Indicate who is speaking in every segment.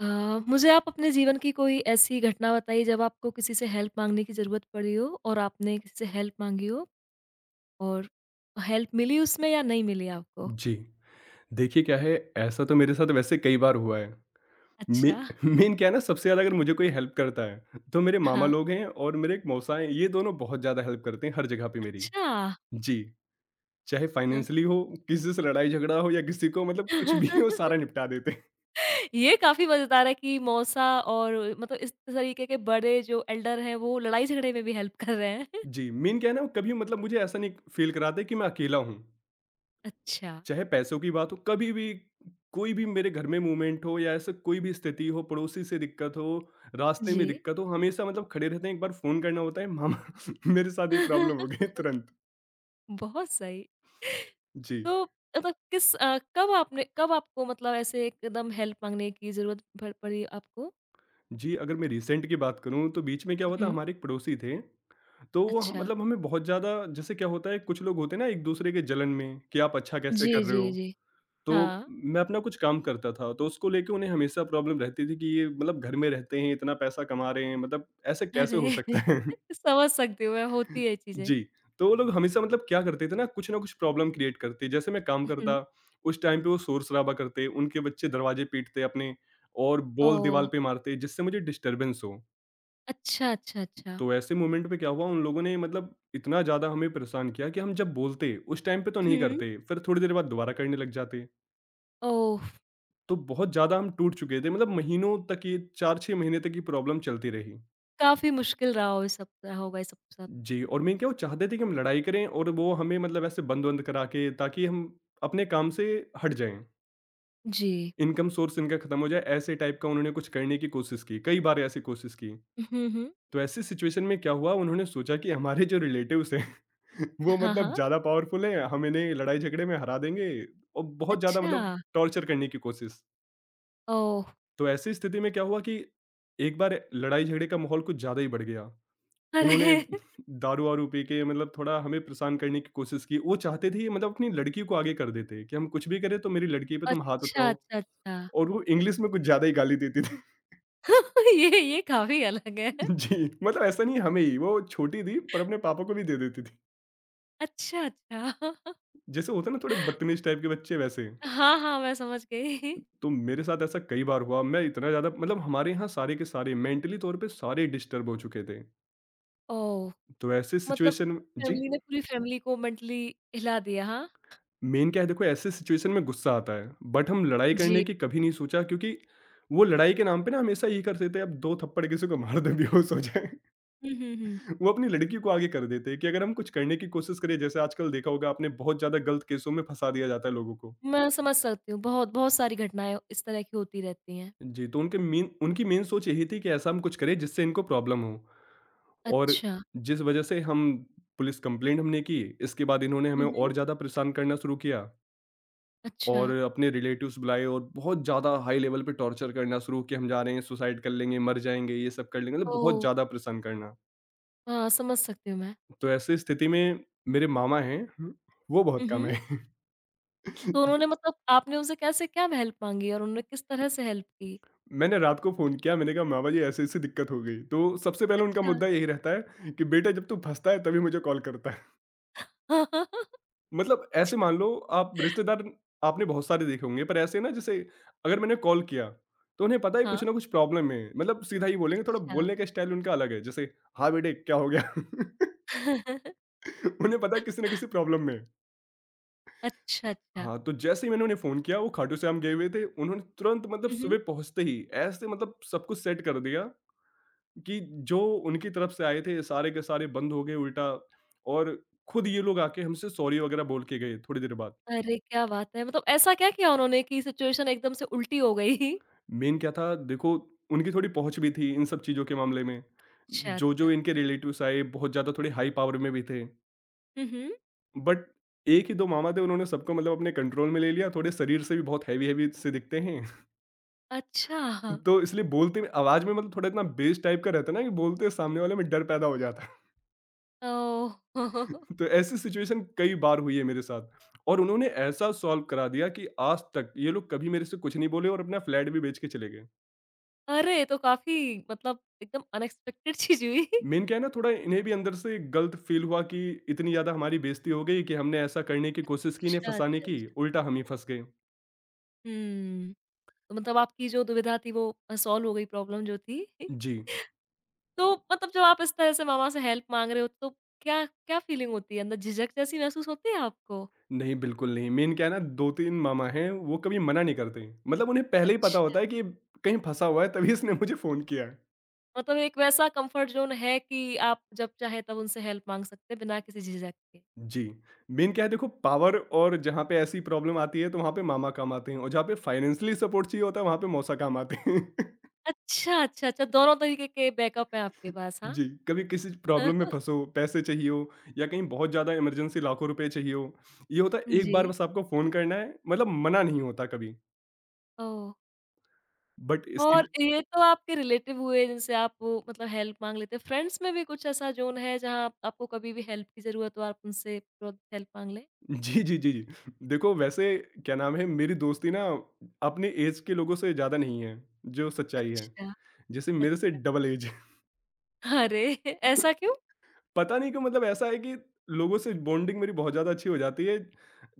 Speaker 1: अ, मुझे आप अपने जीवन की कोई ऐसी घटना बताइए जब आपको किसी से हेल्प माँगने की ज़रूरत पड़ी हो और आपने किसी से हेल्प माँगी हो और हेल्प मिली उसमें या नहीं मिली आपको?
Speaker 2: जी। देखिए क्या है, ऐसा तो मेरे साथ वैसे कई बार हुआ है। मे
Speaker 1: अच्छा।
Speaker 2: मेन क्या है ना, सबसे ज़्यादा अगर मुझे कोई हेल्प करता है, तो मेरे मामा
Speaker 1: हाँ।
Speaker 2: लोग हैं और मेरे एक मौसा हैं। ये दोनों बहुत ज़्यादा हेल्प करते हैं हर जगह पे मेरी।
Speaker 1: अच्छा!
Speaker 2: जी, चाहे
Speaker 1: हाँ।
Speaker 2: फाइनेंशियली हो, किसी से लड़ाई झगड़ा हो, या किसी को मतलब कुछ भी हो, सारा निपटा देते हैं।
Speaker 1: ये काफ़ी मज़ेदार है कि मौसा और मतलब इस तरीके के बड़े जो एल्डर हैं वो लड़ाई-झगड़े में भी हेल्प कर रहे हैं।
Speaker 2: जी, मेन क्या है ना, वो कभी मतलब मुझे ऐसा नहीं फ़ील कराते कि मैं अकेला हूँ।
Speaker 1: अच्छा।
Speaker 2: चाहे पैसों की बात हो, कभी भी कोई भी मेरे घर में मूवमेंट हो या ऐसा कोई भी स्थिति हो, पड़ोसी से दिक्कत हो, रास्ते
Speaker 1: जी।
Speaker 2: में दिक्कत हो, हमेशा मतलब खड़े रहते हैं। एक बार फ़ोन करना होता है, "मामा मेरे साथ ये प्रॉब्लम हो गई", तुरंत।
Speaker 1: बहुत सही।
Speaker 2: जी।
Speaker 1: तो मतलब कब आपको मतलब ऐसे एकदम हेल्प माँगने की ज़रूरत भ पड़ी आपको?
Speaker 2: जी, अगर मैं रिसेंट की बात करूँ, तो बीच में क्या हुआ था,
Speaker 1: हुँ।
Speaker 2: हमारे एक पड़ोसी थे। तो वो ह
Speaker 1: अच्छा।
Speaker 2: मतलब हमें बहुत ज़्यादा। जैसे क्या होता है, कुछ लोग होते हैं ना एक-दूसरे के जलन में, कि आप अच्छा कैसे
Speaker 1: जी,
Speaker 2: कर रहे हो?
Speaker 1: जी, जी।
Speaker 2: तो
Speaker 1: हाँ।
Speaker 2: मैं अपना कुछ काम करता था, तो उसको लेके उन्हें हमेशा प्रॉब्लम रहती थी कि ये मतलब घर में रहते हैं, इतना पैसा कमा रहे हैं, मतलब ऐसे कैसे हो
Speaker 1: अरे!
Speaker 2: सकता है?
Speaker 1: समझ सकती हूँ मैं, होती है ये चीज़ें।
Speaker 2: जी, तो वो लोग हमेशा मतलब क्या करते थे ना कुछ प्रॉब्लम क्रिएट करते। जैसे मैं काम
Speaker 1: हुँ, हुँ।
Speaker 2: करता, उस टाइम पे वो शोर-शराबा करते, उनके बच्चे दरवाजे पीटते अपने, और बॉल दीवार
Speaker 1: ओह!
Speaker 2: पे मारते, जिससे मुझे डिस्टर्बेंस हो।
Speaker 1: अच्छा, अच्छा, अच्छा।
Speaker 2: तो ऐसे मोमेंट पे क्या हुआ, उन लोगों ने मतलब इतना ज़्यादा हमें परेशान किया कि हम जब बोलते, उस टाइम पे तो नहीं
Speaker 1: हुँ।
Speaker 2: करते, फिर थोड़ी देर बाद दोबारा करने लग जाते।
Speaker 1: ओह!
Speaker 2: तो बहुत ज़्यादा हम टूट चुके थे, मतलब महीनों तक, ये 4-6 महीने तक ये प्रॉब्लम चलती रही।
Speaker 1: काफ़ी मुश्किल रहा हो ये सब होगा ये सब के साथ।
Speaker 2: जी, और मेन क्या, वो चाहते थे कि हम लड़ाई करें और वो हमें मतलब ऐसे बंद-वंद करा के, ताकि हम अपने काम से हट जाएँ।
Speaker 1: जी।
Speaker 2: इनकम सोर्स इनका खत्म हो जाए, ऐसे टाइप का उन्होंने कुछ करने की कोशिश की, कई बार ऐसी कोशिश की।
Speaker 1: हुँ, हुँ।
Speaker 2: तो ऐसी सिचुएशन में क्या हुआ, उन्होंने सोचा कि हमारे जो रिलेटिव्स हैं वो
Speaker 1: हाँ,
Speaker 2: मतलब
Speaker 1: हाँ।
Speaker 2: ज़्यादा पावरफुल हैं, हम इन्हें लड़ाई झगड़े में हरा देंगे, और बहुत ज़्यादा
Speaker 1: अच्छा।
Speaker 2: मतलब टॉर्चर करने की कोशिश।
Speaker 1: ओह!
Speaker 2: तो ऐसी स्थिति में क्या हुआ कि एक बार लड़ाई झगड़े का माहौल कुछ ज़्यादा ही बढ़ गया। उन्होंने
Speaker 1: अरे!
Speaker 2: दारू-वारू पी के मतलब थोड़ा हमें परेशान करने की कोशिश की। वो चाहते थे, मतलब अपनी लड़की को आगे कर देते कि हम कुछ भी करें, तो मेरी लड़की पे तुम हाथ
Speaker 1: अच्छा,
Speaker 2: उठाओ,
Speaker 1: अच्छा, अच्छा।
Speaker 2: और वो इंग्लिश में कुछ ज़्यादा ही गाली देती थी।
Speaker 1: ये काफ़ी अलग है।
Speaker 2: जी, मतलब ऐसा नहीं हमें ही, वो छोटी थी, पर अपने पापा को भी दे देती थी।
Speaker 1: अच्छा, अच्छा।
Speaker 2: जैसे होता है ना, थोड़े बदतमीज़ टाइप के बच्चे वैसे।
Speaker 1: हाँ, हाँ, मैं समझ गई।
Speaker 2: तो मेरे साथ ऐसा कई बार हुआ। मैं इतना ज़्यादा, मतलब हमारे यहाँ सारे के सारे मेंटली तौर पे सारे डिस्टर्ब हो चुके थे।
Speaker 1: ओह!
Speaker 2: तो ऐसे
Speaker 1: मतलब
Speaker 2: सिचुएशन, जी?
Speaker 1: फैमिली ने पूरी फैमिली को मेंटली हिला दिया, हाँ?
Speaker 2: मेन क्या है देखो, ऐसे सिचुएशन में गुस्सा आता है, बट हम लड़ाई
Speaker 1: जी।
Speaker 2: करने की कभी नहीं सोचा, क्योंकि वो लड़ाई के नाम पे ना हमेशा यही करते थे। अब दो थप्पड़ किसी को मार दे, बेहोश हो जाए,
Speaker 1: हुँ, हुँ, हुँ।
Speaker 2: वो अपनी लड़की को आगे कर देते हैं कि अगर हम कुछ करने की कोशिश करें। जैसे आजकल देखा होगा आपने, बहुत ज्यादा गलत केसों में फंसा दिया जाता है लोगों को।
Speaker 1: मैं समझ सकती हूँ, बहुत बहुत सारी घटनाएँ इस तरह की होती रहती हैं।
Speaker 2: जी, तो उनके मेन उनकी मेन सोच यही थी कि ऐसा हम कुछ करें जिससे इनको प्रॉब्लम हो। और
Speaker 1: अच्छा।
Speaker 2: जिस वजह से हम पुलिस कंप्लेंट हमने की, इसके बाद इन्होंने
Speaker 1: हुँ,
Speaker 2: हमें
Speaker 1: हुँ।
Speaker 2: और ज़्यादा परेशान करना शुरू किया,
Speaker 1: अच्छा।
Speaker 2: और अपने रिलेटिव्स बुलाए, और बहुत ज़्यादा हाई लेवल पे टॉर्चर करना शुरू, कि हम जा रहे हैं, सुसाइड कर लेंगे, मर जाएँगे, ये सब कर लेंगे, मतलब बहुत
Speaker 1: ओह!
Speaker 2: ज़्यादा परेशान करना।
Speaker 1: हाँ, समझ सकती हूँ मैं।
Speaker 2: तो ऐसी स्थिति में मेरे मामा हैं, वो बहुत
Speaker 1: हुँ,
Speaker 2: कम
Speaker 1: हुँ।
Speaker 2: हैं।
Speaker 1: तो उन्होंने मतलब आपने उनसे कैसे क्या हेल्प माँगी और उन्होंने किस तरह से हेल्प की?
Speaker 2: मैंने रात को फ़ोन किया, मैंने कहा, "मामा जी, ऐसी-ऐसी दिक्कत हो गई।" तो सबसे पहले उनका
Speaker 1: अच्छा।
Speaker 2: मुद्दा यही रहता है कि बेटा, जब तू फँसता है तभी मुझे कॉल करता है।
Speaker 1: अच्छा।
Speaker 2: मतलब ऐसे मान लो, आप रिश्तेदार आपने बहुत सारे देखे होंगे, पर ऐसे ना। जैसे, अगर मैंने कॉल किया, तो उन्हें पता है
Speaker 1: हाँ।
Speaker 2: कुछ ना कुछ प्रॉब्लम है, मतलब सीधा ही बोलेंगे। थोड़ा
Speaker 1: अच्छा।
Speaker 2: बोलने का स्टाइल उनका अलग है। जैसे, हाँ बेटे, क्या हो गया? उन्हें पता है किसी ना किसी प्रॉब्लम में।
Speaker 1: अच्छा, अच्छा।
Speaker 2: हाँ, तो जैसे ही मैंने उन्हें फोन किया, वो खाटू श्याम गए हुए थे। उन्होंने तुरंत, मतलब
Speaker 1: हुँ, हुँ।
Speaker 2: सुबह पहुंचते ही, ऐसे मतलब सब कुछ सेट कर दिया, कि जो उनकी तरफ से आए थे, सारे के सारे बंद हो गए उल्टा, और खुद ये लोग आके हमसे सॉरी वगैरह बोल के गए, थोड़ी देर बाद।
Speaker 1: अरे! क्या बात है! मतलब ऐसा क्या किया उन्होंने कि सिचुएशन एकदम से उल्टी हो गई?
Speaker 2: मेन क्या था देखो, उनकी थोड़ी पहुँच भी थी इन सब चीज़ों के मामले में।
Speaker 1: अच्छा,
Speaker 2: जो, जो
Speaker 1: अच्छा।
Speaker 2: इनके रिलेटिव्स आए, बहुत ज़्यादा थोड़े हाई पावर में भी थे।
Speaker 1: हुँ, हुँ।
Speaker 2: बट 1 ही 2 मामा थे, उन्होंने सबको मतलब अपने कंट्रोल में ले लिया। थोड़े शरीर से भी बहुत हेवी-हेवी से दिखते हैं।
Speaker 1: अच्छा। हाँ।
Speaker 2: तो इसलिए बोलते में, आवाज़ में मतलब थोड़ा इतना बेस टाइप का रहता है ना, कि बोलते सामने वाले में डर पैदा हो जाता
Speaker 1: ओह!
Speaker 2: है। तो ऐसी सिचुएशन कई बार हुई है मेरे साथ, और उन्होंने ऐसा सॉल्व करा दिया कि आज तक ये लोग कभी मेरे से कुछ नहीं बोले, और अपना फ्लैट भी बेच के चले गए।
Speaker 1: अरे! ये तो काफ़ी मतलब एकदम अनएक्सपेक्टेड चीज़ हुई।
Speaker 2: मेन क्या है ना, थोड़ा इन्हें भी अंदर से गलत फील हुआ, कि इतनी ज़्यादा हमारी बेइज़्ती हो गई कि हमने ऐसा करने की कोशिश की, इन्हें
Speaker 1: अच्छा,
Speaker 2: फँसाने
Speaker 1: अच्छा,
Speaker 2: की,
Speaker 1: अच्छा।
Speaker 2: उल्टा हम ही फँस गए।
Speaker 1: हुँ। तो मतलब आपकी जो दुविधा थी वो सॉल्व हो गई प्रॉब्लम जो थी।
Speaker 2: जी।
Speaker 1: तो मतलब जब आप इस तरह से मामा से हेल्प माँग रहे हो तो क्या क्या फीलिंग होती है? अंदर झिझक जैसी महसूस होती है आपको?
Speaker 2: नहीं, बिल्कुल नहीं। मेन क्या है ना, 2-3 मामा हैं, वो कभी मना नहीं करते। मतलब उन्हें पहले ही पता होता
Speaker 1: अच्छा।
Speaker 2: है कि ये कहीं फँसा हुआ है, तभी इसने मुझे फ़ोन किया है।
Speaker 1: मतलब एक वैसा कंफर्ट ज़ोन है कि आप जब चाहे तब उनसे हेल्प माँग सकते हैं बिना किसी झिझक के।
Speaker 2: जी। मेन क्या है देखो, पावर और जहाँ पे ऐसी प्रॉब्लम आती है, तो वहाँ पे मामा काम आते हैं, और जहाँ पे फाइनेंशियली सपोर्ट चाहिए होता है, वहाँ पे मौसा काम आते हैं।
Speaker 1: अच्छा, अच्छा, अच्छा, दोनों तरीके के बैकअप हैं आपके पास, हाँ।
Speaker 2: जी, कभी किसी प्रॉब्लम में फँसे हो, पैसे चाहिए हो, या कहीं बहुत ज़्यादा इमरजेंसी लाखों रुपए चाहिए हो, ये होता है एक
Speaker 1: जी।
Speaker 2: बार बस आपको फ़ोन करना है, मतलब मना नहीं होता कभी।
Speaker 1: ओह!
Speaker 2: बट इसके
Speaker 1: और
Speaker 2: लिए
Speaker 1: ये तो आपके रिलेटिव हुए जिनसे आप वो, मतलब हेल्प माँग लेते हैं। फ्रेंड्स में भी कुछ ऐसा ज़ोन है जहाँ आप आपको कभी भी हेल्प की ज़रूरत हो आप उनसे तुरंत हेल्प माँग लें?
Speaker 2: जी, जी, जी, जी। देखो वैसे, क्या नाम है, मेरी दोस्ती ना अपने ऐज के लोगों से ज़्यादा नहीं है, जो सच्चाई है।
Speaker 1: अच्छा,
Speaker 2: जैसे, मेरे से
Speaker 1: अच्छा।
Speaker 2: Double age.
Speaker 1: अरे! ऐसा क्यों?
Speaker 2: पता नहीं क्यों, मतलब ऐसा है कि लोगों से बॉन्डिंग मेरी बहुत ज़्यादा अच्छी हो जाती है।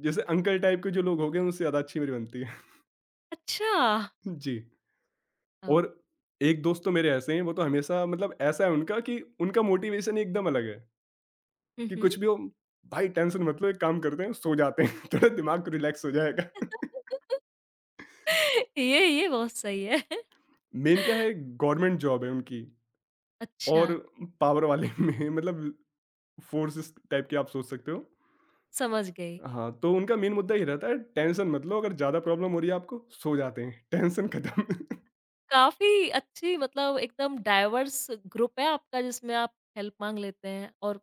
Speaker 2: जैसे अंकल टाइप के जो लोग हो गए, उनसे ज़्यादा अच्छी मेरी बनती है।
Speaker 1: अच्छा!
Speaker 2: जी।
Speaker 1: ओह!
Speaker 2: और एक दोस्त तो मेरे ऐसे हैं, वो तो हमेशा, मतलब ऐसा है उनका कि उनका मोटिवेशन ही एकदम अलग है,
Speaker 1: हुँ,
Speaker 2: कि
Speaker 1: हुँ।
Speaker 2: कुछ भी हो, भाई टेंशन मत लो, एक काम करते हैं, सो जाते हैं, थोड़ा दिमाग रिलैक्स हो जाएगा।
Speaker 1: ये बहुत सही है।
Speaker 2: मेन क्या है, गवर्नमेंट जॉब है उनकी,
Speaker 1: अच्छा,
Speaker 2: और पावर वाले में मतलब फोर्सेस टाइप के, आप सोच सकते हो।
Speaker 1: समझ गई।
Speaker 2: हाँ, तो उनका मेन मुद्दा ये रहता है, टेंशन मत लो, अगर ज़्यादा प्रॉब्लम हो रही है आपको, सो जाते हैं, टेंशन खत्म।
Speaker 1: काफ़ी अच्छी मतलब एकदम डाइवर्स ग्रुप है आपका जिसमें आप हेल्प माँग लेते हैं और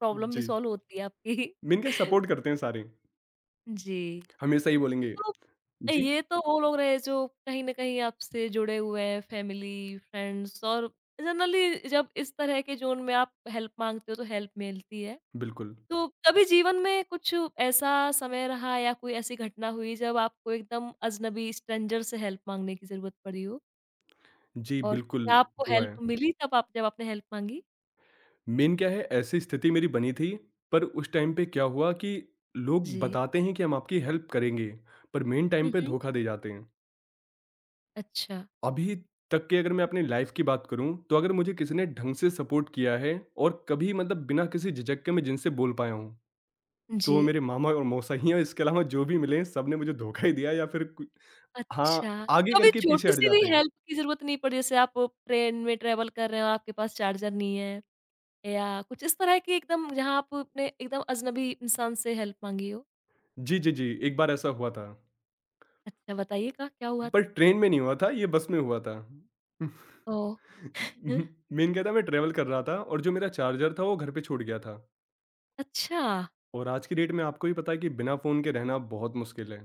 Speaker 1: प्रॉब्लम भी
Speaker 2: जी,
Speaker 1: सॉल्व होती है आपकी।
Speaker 2: मेन क्या, सपोर्ट करते हैं सारे,
Speaker 1: जी।
Speaker 2: हमेशा ही बोलेंगे।
Speaker 1: तो
Speaker 2: जी,
Speaker 1: ये तो वो लोग रहे जो कहीं न कहीं आपसे जुड़े हुए हैं फैमिली, फ्रेंड्स, और जनरली जब इस तरह के ज़ोन में आप हेल्प माँगते हो तो हेल्प मिलती है।
Speaker 2: बिल्कुल।
Speaker 1: तो कभी जीवन में कुछ ऐसा समय रहा या कोई ऐसी घटना हुई जब आपको एकदम अजनबी स्ट्रेंजर से हेल्प माँगने की ज़रूरत पड़ी हो?
Speaker 2: जी,
Speaker 1: और
Speaker 2: बिल्कुल
Speaker 1: क्या आपको
Speaker 2: हुआ है।
Speaker 1: हेल्प मिली तब आप जब आपने हेल्प माँगी?
Speaker 2: मेन क्या है, ऐसी स्थिति मेरी बनी थी, पर उस टाइम पे क्या हुआ कि लोग
Speaker 1: जी।
Speaker 2: बताते हैं कि हम आपकी हेल्प करेंगे, पर मेन टाइम
Speaker 1: हुँ,
Speaker 2: पे
Speaker 1: हुँ।
Speaker 2: धोखा दे जाते हैं।
Speaker 1: अच्छा।
Speaker 2: अभी तक की, अगर मैं अपनी लाइफ की बात करूँ, तो अगर मुझे किसी ने ढंग से सपोर्ट किया है, और कभी मतलब बिना किसी झिझक के मैं जिनसे बोल पाया हूँ, तो
Speaker 1: जी।
Speaker 2: वो मेरे मामा और मौसा ही हैं, और इसके अलावा जो भी मिले हैं, सबने मुझे धोखा ही दिया, या फिर कु हाँ,
Speaker 1: अच्छा।
Speaker 2: आगे
Speaker 1: कभी
Speaker 2: करके पीछे हट
Speaker 1: छोटी-सी भी
Speaker 2: जाते हैं।
Speaker 1: हेल्प की ज़रूरत नहीं पड़ी, जैसे आप ट्रेन में ट्रैवल कर रहे हो, आपके पास चार्जर नहीं है या कुछ इस तरह की, एकदम जहाँ आपने एकदम अजनबी इंसान से हेल्प माँगी हो?
Speaker 2: जी, जी, जी, एक बार ऐसा हुआ था,
Speaker 1: अच्छा, बताइएगा क्या हुआ था?
Speaker 2: पर ट्रेन में नहीं हुआ था, ये बस में हुआ था।
Speaker 1: ओह! हुँ।
Speaker 2: मेन क्या था, मैं ट्रैवल कर रहा था, और जो मेरा चार्जर था वो घर पे छूट गया था,
Speaker 1: अच्छा।
Speaker 2: और आज की डेट में आपको ही पता है कि बिना फ़ोन के रहना बहुत मुश्किल है।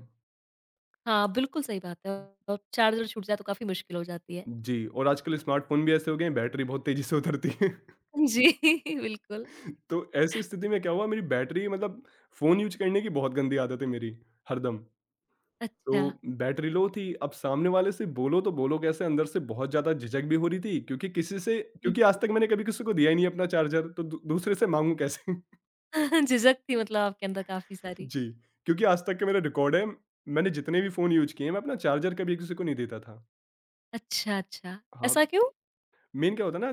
Speaker 1: हाँ, बिल्कुल सही बात है, और चार्जर छूट जाए तो काफ़ी मुश्किल हो जाती है।
Speaker 2: जी, और आजकल स्मार्टफ़ोन भी ऐसे हो गए हैं, बैटरी बहुत तेज़ी से उतरती है।
Speaker 1: जी, बिल्कुल।
Speaker 2: तो ऐसी स्थिति में क्या हुआ, मेरी बैटरी मतलब, फ़ोन यूज़ करने की बहुत गंदी आदत है मेरी, हरदम।
Speaker 1: अच्छा।
Speaker 2: तो बैटरी लो थी। अब सामने वाले से बोलो तो बोलो कैसे, अंदर से बहुत ज़्यादा झिझक भी हो रही थी, क्योंकि किसी से,
Speaker 1: हुँ,
Speaker 2: क्योंकि आज
Speaker 1: हुँ।
Speaker 2: तक मैंने कभी किसी को दिया ही नहीं अपना चार्जर, तो दू दूसरे से माँगू कैसे?
Speaker 1: झिझक थी मतलब आपके अंदर काफ़ी सारी।
Speaker 2: जी, क्योंकि आज तक का मेरा रिकॉर्ड है, मैंने जितने भी फ़ोन यूज़ किए हैं, मैं अपना चार्जर कभी किसी को नहीं देता था।
Speaker 1: अच्छा, अच्छा।
Speaker 2: हाँ।
Speaker 1: ऐसा क्यों?
Speaker 2: मेन क्या होता है ना,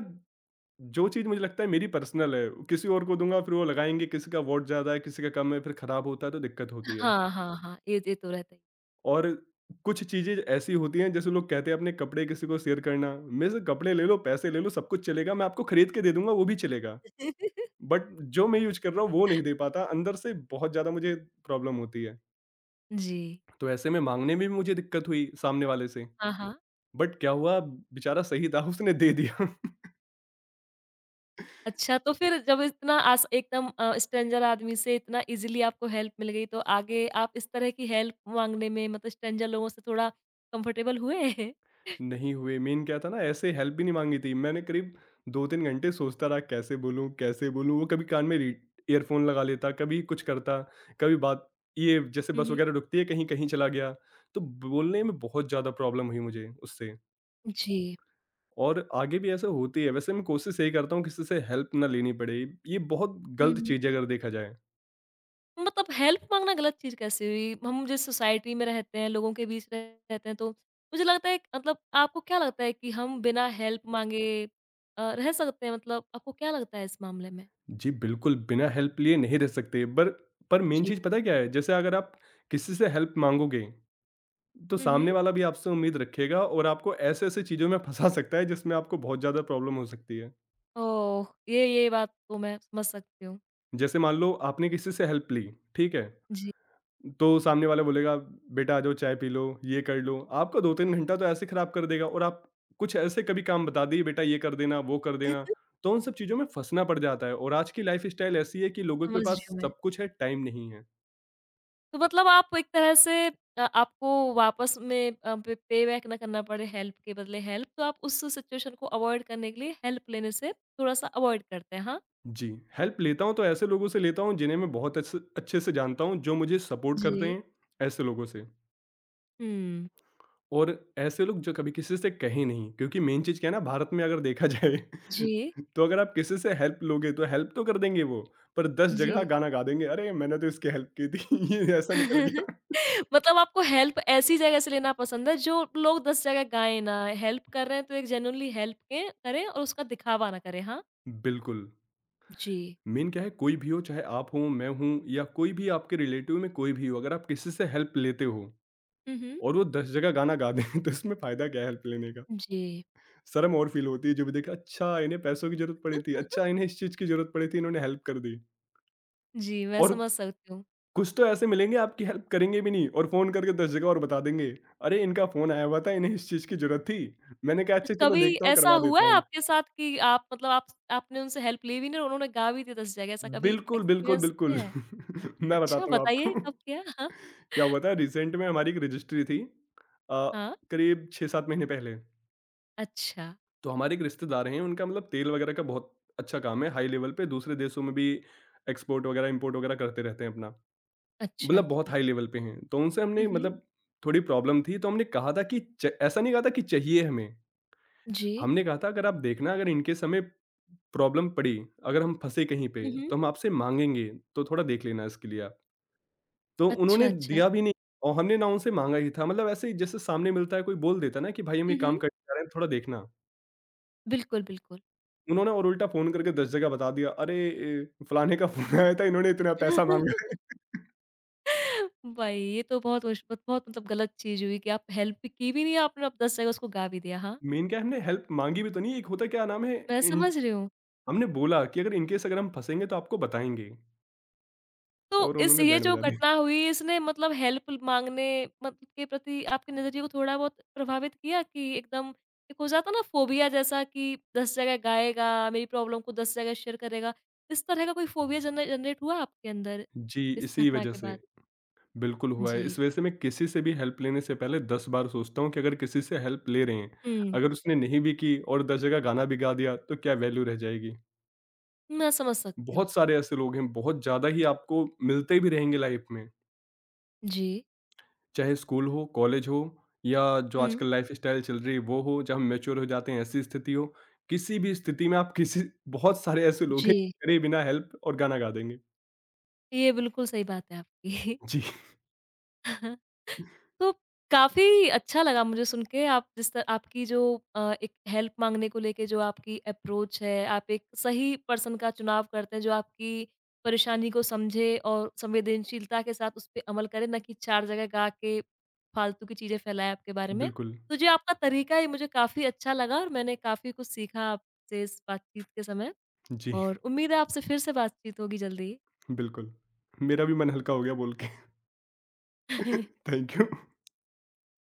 Speaker 2: जो चीज़ मुझे लगता है मेरी पर्सनल है, किसी और को दूँगा फिर वो लगाएँगे, किसी का वॉट ज़्यादा है, किसी का कम है, फिर खराब होता है तो दिक्कत होती है।
Speaker 1: हाँ, हाँ, हाँ। ये तो रहता ही
Speaker 2: और कुछ चीज़ें ऐसी होती हैं जैसे लोग कहते हैं अपने कपड़े किसी को शेयर करना, मेरे से कपड़े ले लो, पैसे ले लो, सब कुछ चलेगा, मैं आपको खरीद के दे दूँगा वो भी चलेगा।
Speaker 1: है।
Speaker 2: बट जो मैं यूज़ कर रहा हूँ वो नहीं दे पाता, अंदर से बहुत ज़्यादा मुझे प्रॉब्लम होती है।
Speaker 1: जी।
Speaker 2: तो ऐसे में माँगने में भी मुझे दिक्कत हुई सामने वाले से।
Speaker 1: हाँ, हाँ।
Speaker 2: बट क्या हुआ बेचारा सही था उसने दे दिया
Speaker 1: अच्छा, तो फिर जब इतना आस एकदम स्ट्रेंजर आदमी से इतना ईज़िली आपको हेल्प मिल गई तो आगे आप इस तरह की हेल्प माँगने में मतलब स्ट्रेंजर लोगों से थोड़ा कंफर्टेबल हुए?
Speaker 2: नहीं हुए मेन क्या था ना ऐसे हेल्प भी नहीं मांगी थी मैंने करीब 2-3 घंटे सोचता रहा कैसे बोलूँ वो कभी कान में री ईयरफोन लगा लेता कभी कुछ करता कभी बात ये जैसे
Speaker 1: हुँ,
Speaker 2: बस
Speaker 1: हुँ।
Speaker 2: वगैरह रुकती है कहीं कहीं चला गया तो बोलने में बहुत ज़्यादा प्रॉब्लम हुई मुझे उससे
Speaker 1: जी।
Speaker 2: और आगे भी ऐसा होती है वैसे मैं कोशिश यही करता हूँ किसी से हेल्प ना लेनी पड़े ये बहुत
Speaker 1: हुँ,
Speaker 2: गलत
Speaker 1: हुँ।
Speaker 2: चीज़ है अगर देखा जाए
Speaker 1: मतलब हेल्प माँगना गलत चीज़ कैसे हुई? हम जिस सोसाइटी में रहते हैं, लोगों के बीच रहते हैं, तो मुझे लगता है मतलब आपको क्या लगता है कि हम बिना हेल्प माँगे रह सकते हैं? मतलब आपको क्या लगता है इस मामले में?
Speaker 2: जी, बिल्कुल, बिना हेल्प लिए नहीं रह सकते, पर मेन
Speaker 1: जी।
Speaker 2: चीज़ पता है क्या है? जैसे अगर आप किसी से हेल्प माँगोगे, तो
Speaker 1: हुँ,
Speaker 2: सामने
Speaker 1: हुँ।
Speaker 2: वाला भी आपसे उम्मीद रखेगा और आपको ऐसे-ऐसे चीज़ों में फँसा सकता है, जिसमें आपको बहुत ज़्यादा प्रॉब्लम हो सकती है।
Speaker 1: ओह! ये बात तो मैं समझ सकती हूँ।
Speaker 2: जैसे मान लो आपने किसी से हेल्प ली, ठीक है?
Speaker 1: जी।
Speaker 2: तो सामने वाला बोलेगा, "बेटा आ जाओ, चाय पी लो, ये कर लो।" आपका 2-3 घंटा तो ऐसे खराब कर देगा और आप कुछ ऐसे कभी काम बता दिए, "बेटा ये कर देना, वो कर देना।" तो उन सब चीज़ों में फँसना पड़ जाता है और आज की लाइफ़स्टाइल ऐसी है कि लोगों के
Speaker 1: समझ रही
Speaker 2: पास
Speaker 1: हूँ मैं।
Speaker 2: सब कुछ है, टाइम नहीं है।
Speaker 1: तो मतलब आप एक तरह से आपको वापस में पे पेबैक ना करना पड़े हेल्प के बदले हेल्प, तो आप उस सिचुएशन को अवॉइड करने के लिए हेल्प लेने से थोड़ा-सा अवॉइड करते हैं, हाँ?
Speaker 2: जी, हेल्प लेता हूँ तो ऐसे लोगों से लेता हूँ जिन्हें मैं बहुत अच्छे अच्छे से जानता हूँ, जो मुझे सपोर्ट करते
Speaker 1: जी।
Speaker 2: हैं, ऐसे लोगों से।
Speaker 1: हुँ।
Speaker 2: और ऐसे लोग जो कभी किसी से कहे नहीं क्योंकि मेन चीज़ क्या है ना भारत में अगर देखा जाए
Speaker 1: जी,
Speaker 2: तो अगर आप किसी से हेल्प लोगे तो हेल्प तो कर देंगे वो, पर 10
Speaker 1: जी।
Speaker 2: जगह गाना गा देंगे, "अरे! मैंने तो इसकी हेल्प की थी, ये ऐसा निकल गया।"
Speaker 1: मतलब आपको हेल्प ऐसी जगह से लेना पसंद है जो लोग 10 जगह गाएँ ना, हेल्प कर रहे हैं तो एक जेन्युइनली हेल्प के करें और उसका दिखावा ना करें, हाँ?
Speaker 2: बिल्कुल,
Speaker 1: जी।
Speaker 2: मेन क्या है कोई भी हो चाहे आप हो, मैं हूँ या कोई भी आपके रिलेटिव में कोई भी हो, अगर आप किसी से हेल्प लेते हो
Speaker 1: हुँ, हुँ।
Speaker 2: और वो 10 जगह गाना गा दें तो इसमें फ़ायदा क्या है हेल्प लेने का?
Speaker 1: जी।
Speaker 2: शर्म और फ़ील होती है जब देखा अच्छा इन्हें पैसों की ज़रूरत पड़ी थी, अच्छा इन्हें इस चीज़ की ज़रूरत पड़ी थी इन्होंने हेल्प कर दी।
Speaker 1: जी, मैं
Speaker 2: और
Speaker 1: समझ सकती हूँ।
Speaker 2: कुछ तो ऐसे मिलेंगे आपकी हेल्प करेंगे भी नहीं और फ़ोन करके 10 जगह और बता देंगे, अरे इनका फ़ोन आया हुआ था इन्हें इस चीज़ की ज़रूरत थी। मैंने कहा अच्छा चलो
Speaker 1: कभी
Speaker 2: देखता हूँ
Speaker 1: ऐसा
Speaker 2: करवा
Speaker 1: हुआ
Speaker 2: देता
Speaker 1: है
Speaker 2: हूँ।
Speaker 1: आपके साथ कि आप मतलब आप आपने उनसे हेल्प ली भी नहीं और उन्होंने गा भी दिया 10 जगह, ऐसा कभी
Speaker 2: बिल्कुल, बिल्कुल,
Speaker 1: एक्सपीरियंस किया
Speaker 2: बिल्कुल।
Speaker 1: है?
Speaker 2: मैं
Speaker 1: अच्छा,
Speaker 2: बताता हूँ आपको
Speaker 1: बताइए कब किया? हाँ।
Speaker 2: क्या हुआ था रिसेंट में हमारी एक रजिस्ट्री थी अ,
Speaker 1: हाँ,
Speaker 2: करीब 6-7 महीने पहले।
Speaker 1: अच्छा,
Speaker 2: तो हमारे एक रिश्तेदार हैं उनका मतलब तेल वगैरह का बहुत अच्छा काम है, हाई लेवल पे दूसरे देशों में भी एक्सपोर्ट वगैरह, इम्पोर्ट वगैरह करते रहते हैं अपना।
Speaker 1: अच्छा,
Speaker 2: मतलब बहुत
Speaker 1: अच्छा।
Speaker 2: हाई लेवल पे हैं। तो उनसे
Speaker 1: हुँ,
Speaker 2: हमने
Speaker 1: हुँ।
Speaker 2: मतलब थोड़ी प्रॉब्लम थी, तो हमने कहा था कि च ऐसा नहीं कहा था कि चाहिए हमें।
Speaker 1: जी।
Speaker 2: हमने कहा था अगर आप देखना अगर इन केस हमें प्रॉब्लम पड़ी, अगर हम फँसे कहीं पे,
Speaker 1: हुँ, हुँ।
Speaker 2: तो हम आपसे माँगेंगे, तो थोड़ा देख लेना इसके लिए आप। तो
Speaker 1: अच्छा,
Speaker 2: उन्होंने
Speaker 1: अच्छा।
Speaker 2: दिया भी नहीं और हमने ना उनसे माँगा ही था। मतलब ऐसे ही जैसे सामने मिलता है कोई बोल देता है ना कि भाई हम
Speaker 1: हुँ,
Speaker 2: ये काम
Speaker 1: हुँ।
Speaker 2: करने जा रहे हैं, थोड़ा देखना।
Speaker 1: बिल्कुल, बिल्कुल।
Speaker 2: उन्होंने और उल्टा फ़ोन करके 10 जगह बता दिया, "अरे ए, फलाने का फ़ोन आया था, इन्होंने इतना पैसा माँगा है।"
Speaker 1: भाई ये तो बहुत उश बहुत मतलब गलत चीज़ हुई कि आप हेल्प भी की भी नहीं आपने और दस जगह उसको गा भी दिया, हाँ।
Speaker 2: मेन क्या है हमने हेल्प माँगी भी तो नहीं, एक होता क्या नाम है
Speaker 1: मैं
Speaker 2: इन
Speaker 1: समझ रही हूँ।
Speaker 2: हमने बोला कि अगर इन केस अगर हम फँसेंगे तो आपको बताएँगे
Speaker 1: तो
Speaker 2: और
Speaker 1: इस
Speaker 2: उन्होंने
Speaker 1: ये
Speaker 2: बैंड
Speaker 1: जो
Speaker 2: बजा दी।
Speaker 1: घटना हुई इसने मतलब हेल्प माँगने मत के प्रति आपके नज़रिए को थोड़ा बहुत प्रभावित किया कि एकदम एक हो जाता है ना फ़ोबिया जैसा कि 10 जगह गाएगा, मेरी प्रॉब्लम को 10 जगह शेयर करेगा। इस तरह का कोई फ़ोबिया जनरेट हुआ आपके अंदर
Speaker 2: जी,
Speaker 1: इस
Speaker 2: इसी
Speaker 1: घटना
Speaker 2: वजह
Speaker 1: के बाद?
Speaker 2: से। बिल्कुल हुआ है, इस
Speaker 1: जी।
Speaker 2: वजह से मैं किसी से भी हेल्प लेने से पहले 10 बार सोचता हूँ कि अगर किसी से हेल्प ले रहे हैं,
Speaker 1: हुँ,
Speaker 2: अगर उसने नहीं भी की और 10 जगह गाना भी गा दिया तो क्या वैल्यू रह जाएगी।
Speaker 1: मैं समझ सकती हूँ।
Speaker 2: बहुत सारे ऐसे लोग हैं, बहुत ज़्यादा ही आपको मिलते भी रहेंगे लाइफ में,
Speaker 1: जी।
Speaker 2: चाहे स्कूल हो, कॉलेज हो या जो
Speaker 1: हुँ।
Speaker 2: आजकल लाइफ़स्टाइल चल रही है वो हो, जब हम मैच्योर हो जाते हैं ऐसी स्थिति हो, किसी भी स्थिति में आप किसी बहुत सारे ऐसे लोग हैं,
Speaker 1: जी,
Speaker 2: करे बिना हेल्प और गाना गा देंगे।
Speaker 1: ये बिल्कुल सही बात है आपकी।
Speaker 2: जी,
Speaker 1: तो काफ़ी अच्छा लगा मुझे सुन के, आप जिस त आपकी जो एक हेल्प माँगने को लेके जो आपकी अप्रोच है, आप एक सही पर्सन का चुनाव करते हैं जो आपकी परेशानी को समझे और संवेदनशीलता के साथ उसपे अमल करे, ना कि 4 जगह गा के फालतू की चीज़ें फैलाएँ आपके बारे में।
Speaker 2: बिल्कुल।
Speaker 1: तो जो आपका तरीका है ये मुझे काफ़ी अच्छा लगा, और मैंने काफ़ी कुछ सीखा आपसे इस बातचीत के समय,
Speaker 2: जी,
Speaker 1: और उम्मीद है आपसे फिर से बातचीत होगी जल्दी।
Speaker 2: बिल्कुल। मेरा भी मन हल्का हो गया बोल के। Thank you.